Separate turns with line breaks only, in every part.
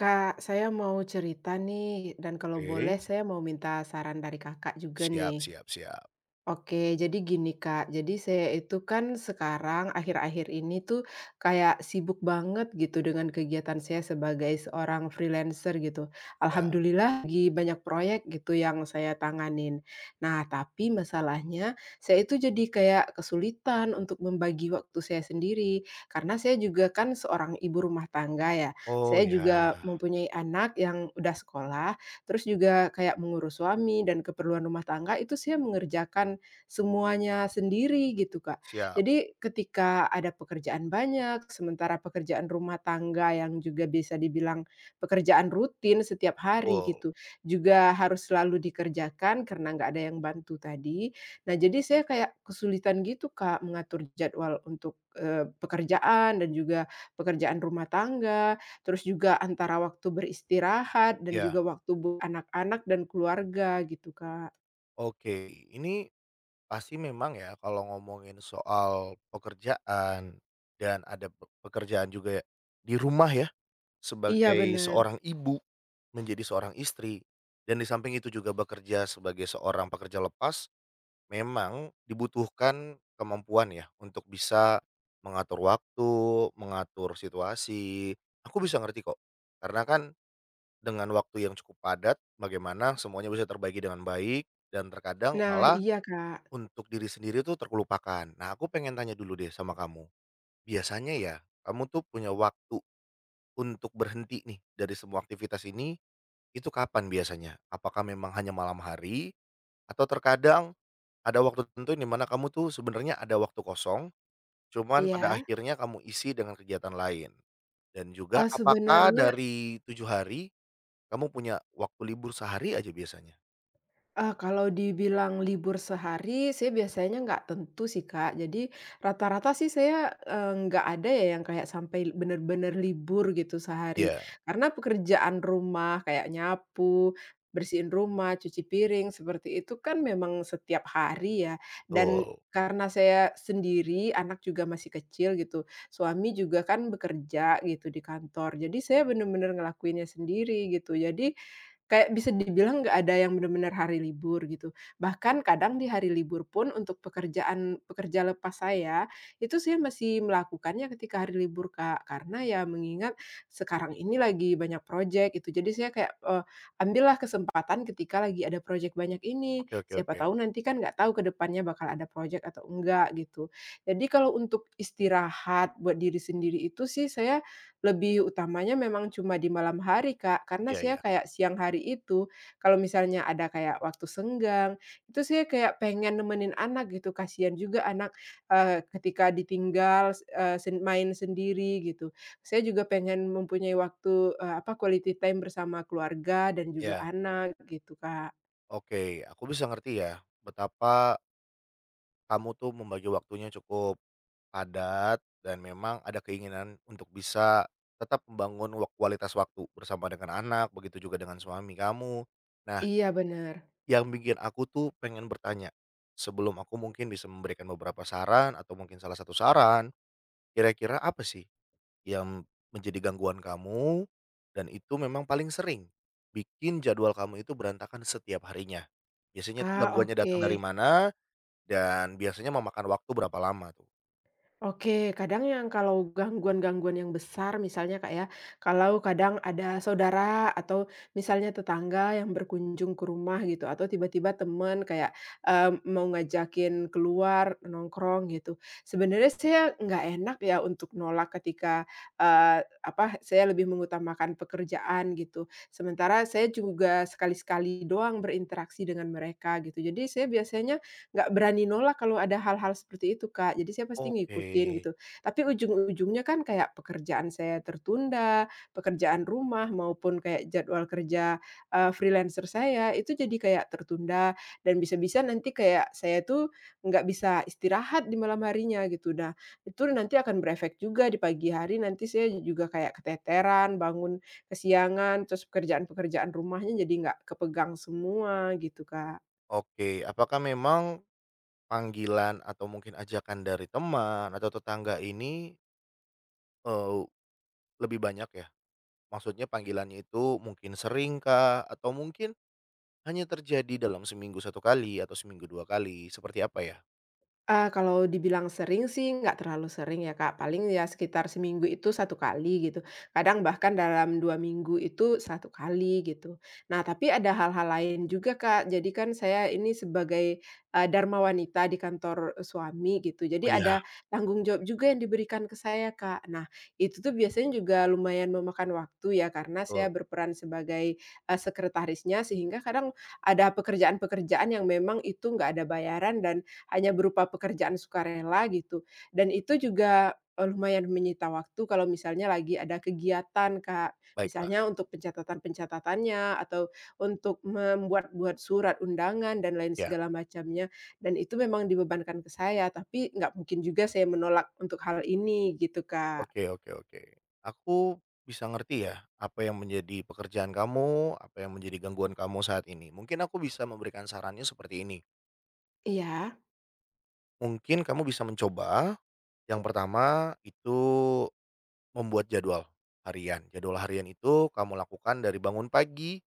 Kak, saya mau cerita nih dan kalau boleh
Oke,
saya mau minta saran dari Kakak juga nih.
siap siap siap,
Oke, jadi gini Kak, jadi saya itu kan sekarang akhir-akhir ini tuh kayak sibuk banget gitu dengan kegiatan saya sebagai seorang freelancer gitu.
ya.
Alhamdulillah lagi banyak proyek gitu yang saya tanganin. Nah, tapi masalahnya saya itu jadi kayak kesulitan untuk membagi waktu saya sendiri karena saya juga kan seorang ibu rumah tangga ya.
Oh
Saya
ya,
juga mempunyai anak yang udah sekolah, terus juga kayak mengurus suami dan keperluan rumah tangga itu saya mengerjakan semuanya sendiri gitu, Kak.
siap,
Jadi ketika ada pekerjaan banyak, sementara pekerjaan rumah tangga yang juga bisa dibilang pekerjaan rutin setiap hari
full.
gitu, juga harus selalu dikerjakan karena nggak ada yang bantu tadi. Nah, jadi saya kayak kesulitan gitu, Kak, mengatur jadwal untuk, pekerjaan dan juga pekerjaan rumah tangga, terus juga antara waktu beristirahat dan
Ya,
juga waktu buat anak-anak dan keluarga gitu, Kak.
oke. Ini pasti memang ya kalau ngomongin soal pekerjaan dan ada pekerjaan juga ya, di rumah ya,
Iya,
sebagai
benar.
seorang ibu, menjadi seorang istri, dan di samping itu juga bekerja sebagai seorang pekerja lepas, memang dibutuhkan kemampuan ya untuk bisa mengatur waktu, mengatur situasi, aku bisa ngerti kok. Karena kan dengan waktu yang cukup padat, bagaimana semuanya bisa terbagi dengan baik dan terkadang
Nah,
malah
iya Kak,
untuk diri sendiri tuh terkelupakan. Nah, aku pengen tanya dulu deh sama kamu. Biasanya ya, kamu tuh punya waktu untuk berhenti nih dari semua aktivitas ini, itu kapan biasanya? Apakah memang hanya malam hari atau terkadang ada waktu tertentu di mana kamu tuh sebenarnya ada waktu kosong, cuman pada
iya,
akhirnya kamu isi dengan kegiatan lain? Dan juga apakah
sebenarnya
dari 7 hari kamu punya waktu libur sehari aja biasanya?
ah, kalau dibilang libur sehari, saya biasanya nggak tentu sih, Kak. Jadi rata-rata sih saya, nggak ada ya yang kayak sampai bener-bener libur gitu sehari.
Iya,
Karena pekerjaan rumah kayak nyapu, bersihin rumah, cuci piring, seperti itu kan memang setiap hari ya. Dan
betul.
karena saya sendiri, anak juga masih kecil gitu, suami juga kan bekerja gitu di kantor. Jadi saya bener-bener ngelakuinnya sendiri gitu. Jadi kayak bisa dibilang nggak ada yang benar-benar hari libur gitu. Bahkan kadang di hari libur pun untuk pekerjaan pekerja lepas saya, itu saya masih melakukannya ketika hari libur, Kak. Karena ya mengingat sekarang ini lagi banyak projek gitu. Jadi saya kayak, ambillah kesempatan ketika lagi ada projek banyak ini,
Oke oke
siapa
oke.
tahu nanti kan nggak tahu ke depannya bakal ada projek atau enggak gitu. Jadi kalau untuk istirahat buat diri sendiri itu sih saya lebih utamanya memang cuma di malam hari, Kak, karena
Iya
saya
iya.
kayak siang hari itu, kalau misalnya ada kayak waktu senggang, itu saya kayak pengen nemenin anak gitu, kasihan juga anak, ketika ditinggal, s eh, sen main sendiri gitu. Saya juga pengen mempunyai waktu, apa, quality time bersama keluarga dan juga
Iya.
anak gitu, Kak.
Oke, aku bisa ngerti ya, betapa kamu tuh membagi waktunya cukup padat dan memang ada keinginan untuk bisa tetap membangun kualitas waktu bersama dengan anak, begitu juga dengan suami kamu. Nah,
Iya benar.
yang bikin aku tuh pengen bertanya, sebelum aku mungkin bisa memberikan beberapa saran atau mungkin salah satu saran, kira-kira apa sih yang menjadi gangguan kamu, dan itu memang paling sering bikin jadwal kamu itu berantakan setiap harinya. Biasanya tuh
Ah,
gangguannya
oke.
datang dari mana, dan biasanya memakan waktu berapa lama tuh?
Oke, kadang yang kalau gangguan-gangguan yang besar misalnya Kak ya, kalau kadang ada saudara atau misalnya tetangga yang berkunjung ke rumah gitu, atau tiba-tiba temen kayak, mau ngajakin keluar, nongkrong gitu. Sebenarnya saya nggak enak ya untuk nolak ketika, apa, saya lebih mengutamakan pekerjaan gitu. Sementara saya juga sekali-sekali doang berinteraksi dengan mereka gitu. Jadi saya biasanya nggak berani nolak kalau ada hal-hal seperti itu, Kak. Jadi saya pasti
Oke
ngikutin gitu. Tapi ujung-ujungnya kan kayak pekerjaan saya tertunda, pekerjaan rumah maupun kayak jadwal kerja, freelancer saya itu jadi kayak tertunda dan bisa-bisa nanti kayak saya tuh nggak bisa istirahat di malam harinya gitu. Nah, itu nanti akan berefek juga di pagi hari, nanti saya juga kayak keteteran, bangun kesiangan, terus pekerjaan-pekerjaan rumahnya jadi nggak kepegang semua gitu, Kak.
oke. Apakah memang panggilan atau mungkin ajakan dari teman atau tetangga ini, eee, lebih banyak ya? Maksudnya panggilannya itu mungkin sering kah? Atau mungkin hanya terjadi dalam seminggu satu kali atau seminggu 2 kali, seperti apa ya?
Kalau dibilang sering sih nggak terlalu sering ya, Kak, paling ya sekitar seminggu itu satu kali gitu, kadang bahkan dalam 2 minggu itu satu kali gitu. Nah tapi ada hal-hal lain juga, Kak, jadi kan saya ini sebagai, dharma wanita di kantor eh, suami gitu,
Oh,
jadi
iya,
ada tanggung jawab juga yang diberikan ke saya, Kak. Nah itu tuh biasanya juga lumayan memakan waktu ya karena saya
betul.
berperan sebagai, sekretarisnya sehingga kadang ada pekerjaan-pekerjaan yang memang itu nggak ada bayaran dan hanya berupa pekerjaan sukarela gitu, dan itu juga, lumayan menyita waktu kalau misalnya lagi ada kegiatan, Kak.
Baiklah,
Misalnya untuk pencatatan-pencatatannya atau untuk membuat-buat surat undangan dan lain
ya.
segala macamnya, dan itu memang dibebankan ke saya, tapi nggak mungkin juga saya menolak untuk hal ini gitu, Kak.
Oke oke oke. Aku bisa ngerti ya, apa yang menjadi pekerjaan kamu, apa yang menjadi gangguan kamu saat ini. Mungkin aku bisa memberikan sarannya seperti ini.
Iya.
Mungkin kamu bisa mencoba, yang pertama itu membuat jadwal harian. Jadwal harian itu kamu lakukan dari bangun pagi,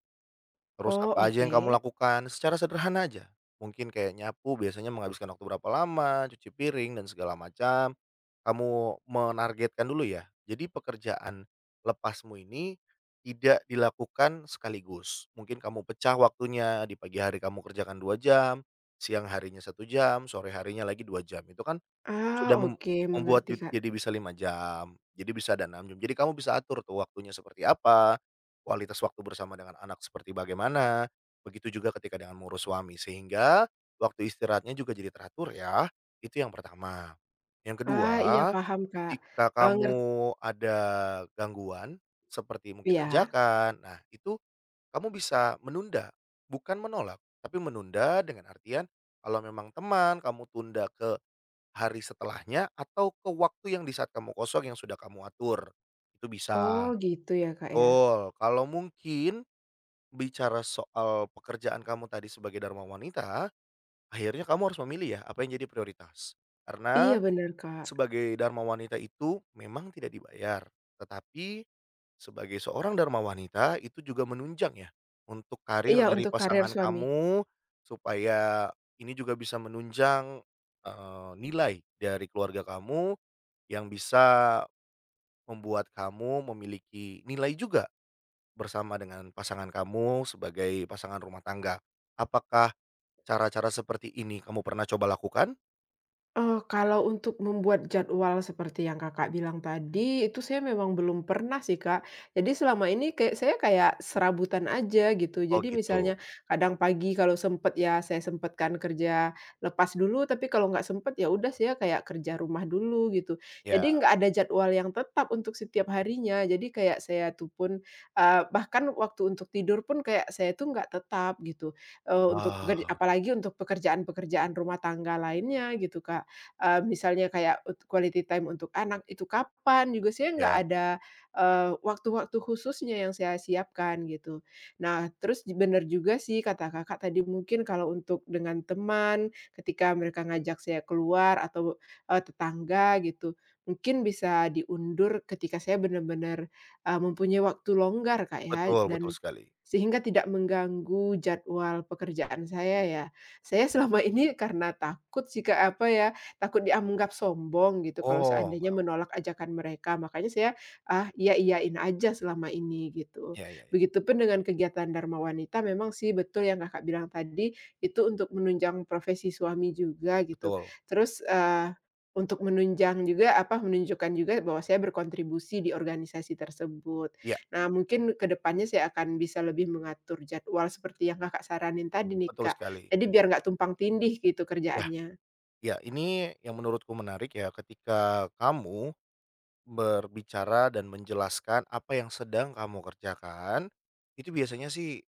terus
Oh,
apa aja
oke.
yang kamu lakukan secara sederhana aja. Mungkin kayak nyapu biasanya menghabiskan waktu berapa lama, cuci piring dan segala macam. Kamu menargetkan dulu ya. Jadi pekerjaan lepasmu ini tidak dilakukan sekaligus. Mungkin kamu pecah waktunya, di pagi hari kamu kerjakan 2 jam, siang harinya satu jam, sore harinya lagi 2 jam. Itu kan
Ah,
sudah
oke
membuat
mengerti, Kak.
jadi bisa 5 jam, jadi bisa ada 6 jam. Jadi kamu bisa atur tuh waktunya seperti apa, kualitas waktu bersama dengan anak seperti bagaimana, begitu juga ketika dengan mengurus suami. Sehingga waktu istirahatnya juga jadi teratur ya, itu yang pertama. Yang
Ah, iya
kedua,
paham, Kak.
jika kamu
Ngerti
ada gangguan seperti mungkin
ya.
ajakan, nah itu kamu bisa menunda, bukan menolak, tapi menunda dengan artian kalau memang teman kamu tunda ke hari setelahnya atau ke waktu yang di saat kamu kosong yang sudah kamu atur, itu
Oh
bisa.
gitu ya, Kak, ya.
Betul, kalau mungkin bicara soal pekerjaan kamu tadi sebagai dharma wanita, akhirnya kamu harus memilih ya apa yang jadi prioritas.
Iya
Karena
benar Kak.
sebagai dharma wanita itu memang tidak dibayar, tetapi sebagai seorang dharma wanita itu juga menunjang ya untuk karir
Iya,
dari
untuk karier
pasangan
suami.
kamu supaya ini juga bisa menunjang, nilai dari keluarga kamu yang bisa membuat kamu memiliki nilai juga bersama dengan pasangan kamu sebagai pasangan rumah tangga. Apakah cara-cara seperti ini kamu pernah coba lakukan?
Kalau untuk membuat jadwal seperti yang Kakak bilang tadi, itu saya memang belum pernah sih, Kak. Jadi selama ini kayak saya kayak serabutan aja gitu.
Oh
Jadi misalnya
gitu,
kadang pagi kalau sempet ya saya sempatkan kerja lepas dulu, tapi kalau nggak sempet ya udah saya kayak kerja rumah dulu gitu.
ya.
Jadi nggak ada jadwal yang tetap untuk setiap harinya. Jadi kayak saya tuh pun, bahkan waktu untuk tidur pun kayak saya tuh nggak tetap gitu, untuk
Wah,
apalagi untuk pekerjaan-pekerjaan rumah tangga lainnya gitu, Kak misalnya kayak quality time untuk anak itu kapan juga saya nggak
ya,
ada, waktu-waktu khususnya yang saya siapkan gitu. Nah terus bener juga sih kata Kakak tadi mungkin kalau untuk dengan teman ketika mereka ngajak saya keluar atau, tetangga gitu, mungkin bisa diundur ketika saya benar-benar mempunyai waktu longgar Kak ya
betul betul
dan
sekali.
sehingga tidak mengganggu jadwal pekerjaan saya ya. Saya selama ini karena takut jika apa ya, takut dianggap sombong gitu kalau
Oh
seandainya
nggak,
menolak ajakan mereka. Makanya saya, ah, iya-iyain aja selama ini gitu.
ya ya ya,
Begitupun dengan kegiatan Dharma Wanita memang sih betul yang Kakak bilang tadi, itu untuk menunjang profesi suami juga gitu.
betul.
Terus, untuk menunjang juga apa, menunjukkan juga bahwa saya berkontribusi di organisasi tersebut.
Ya,
Nah mungkin ke depannya saya akan bisa lebih mengatur jadwal seperti yang Kakak saranin tadi nih
betul
Kak,
sekali.
jadi biar nggak tumpang tindih gitu
Ya
kerjaannya.
ya, ini yang menurutku menarik ya ketika kamu berbicara dan menjelaskan apa yang sedang kamu kerjakan, itu biasanya sih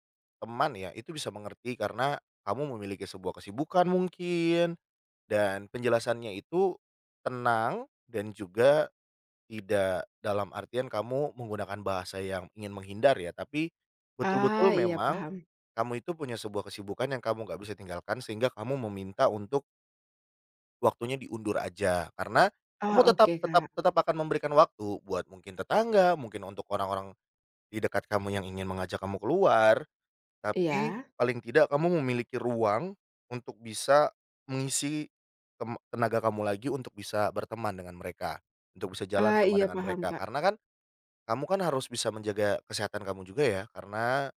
teman ya, itu bisa mengerti karena kamu memiliki sebuah kesibukan mungkin dan penjelasannya itu tenang dan juga tidak dalam artian kamu menggunakan bahasa yang ingin menghindar ya, tapi
Ah,
betul-betul
iya
memang
paham.
kamu itu punya sebuah kesibukan yang kamu nggak bisa tinggalkan sehingga kamu meminta untuk waktunya diundur aja, karena kamu
Ah
tetap
oke
tetap
Kak.
tetap akan memberikan waktu buat mungkin tetangga, mungkin untuk orang-orang di dekat kamu yang ingin mengajak kamu keluar, tapi
Iya.
paling tidak kamu memiliki ruang untuk bisa mengisi tenaga kamu lagi untuk bisa berteman dengan mereka, untuk bisa jalan
Ah,
sama
iya
dengan
paham
mereka.
Kak.
Karena kan kamu kan harus bisa menjaga kesehatan kamu juga ya, karena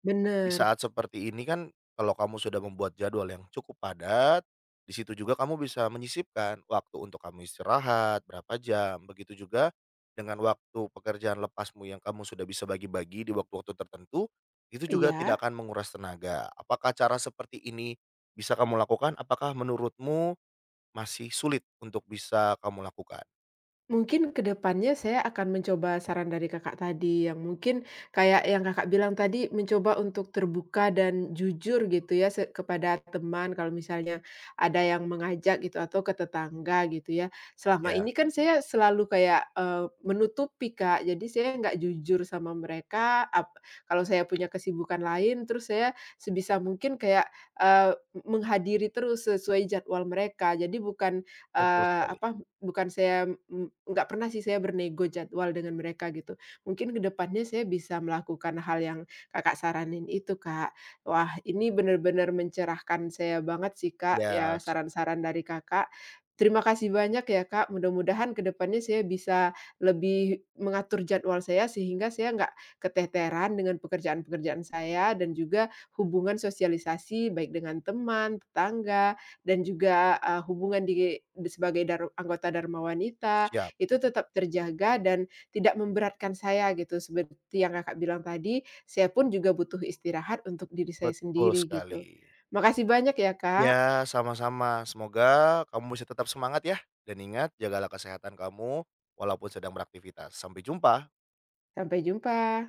di
Bener.
saat seperti ini kan kalau kamu sudah membuat jadwal yang cukup padat, di situ juga kamu bisa menyisipkan waktu untuk kamu istirahat berapa jam, begitu juga dengan waktu pekerjaan lepasmu yang kamu sudah bisa bagi-bagi di waktu-waktu tertentu, itu juga tidak
Iya.
akan menguras tenaga. Apakah cara seperti ini bisa kamu lakukan? Apakah menurutmu masih sulit untuk bisa kamu lakukan?
Mungkin ke depannya saya akan mencoba saran dari Kakak tadi, yang mungkin kayak yang Kakak bilang tadi, mencoba untuk terbuka dan jujur gitu ya, se kepada teman kalau misalnya ada yang mengajak gitu atau ke tetangga gitu ya. Selama
Ya.
ini kan saya selalu kayak, menutupi, Kak. Jadi saya nggak jujur sama mereka, ap kalau saya punya kesibukan lain, terus saya sebisa mungkin kayak, eee, menghadiri terus sesuai jadwal mereka. Jadi bukan,
Betul sekali.
apa bukan saya nggak pernah sih saya bernego jadwal dengan mereka gitu. Mungkin kedepannya saya bisa melakukan hal yang Kakak saranin itu, Kak. Wah, ini benar-benar mencerahkan saya banget sih, Kak,
Ya,
ya saran-saran dari Kakak. Terima kasih banyak ya, Kak, mudah-mudahan kedepannya saya bisa lebih mengatur jadwal saya sehingga saya nggak keteteran dengan pekerjaan-pekerjaan saya dan juga hubungan sosialisasi baik dengan teman, tetangga dan juga, hubungan di sebagai dar anggota Dharma Wanita,
siap,
itu tetap terjaga dan tidak memberatkan saya gitu, seperti yang Kakak bilang tadi, saya pun juga butuh istirahat untuk diri saya
betul
sendiri gitu.
sekali.
Makasih banyak ya Kak,
Ya sama-sama. Semoga kamu bisa tetap semangat ya, dan ingat jagalah kesehatan kamu walaupun sedang beraktivitas. Sampai jumpa.
sampai jumpa.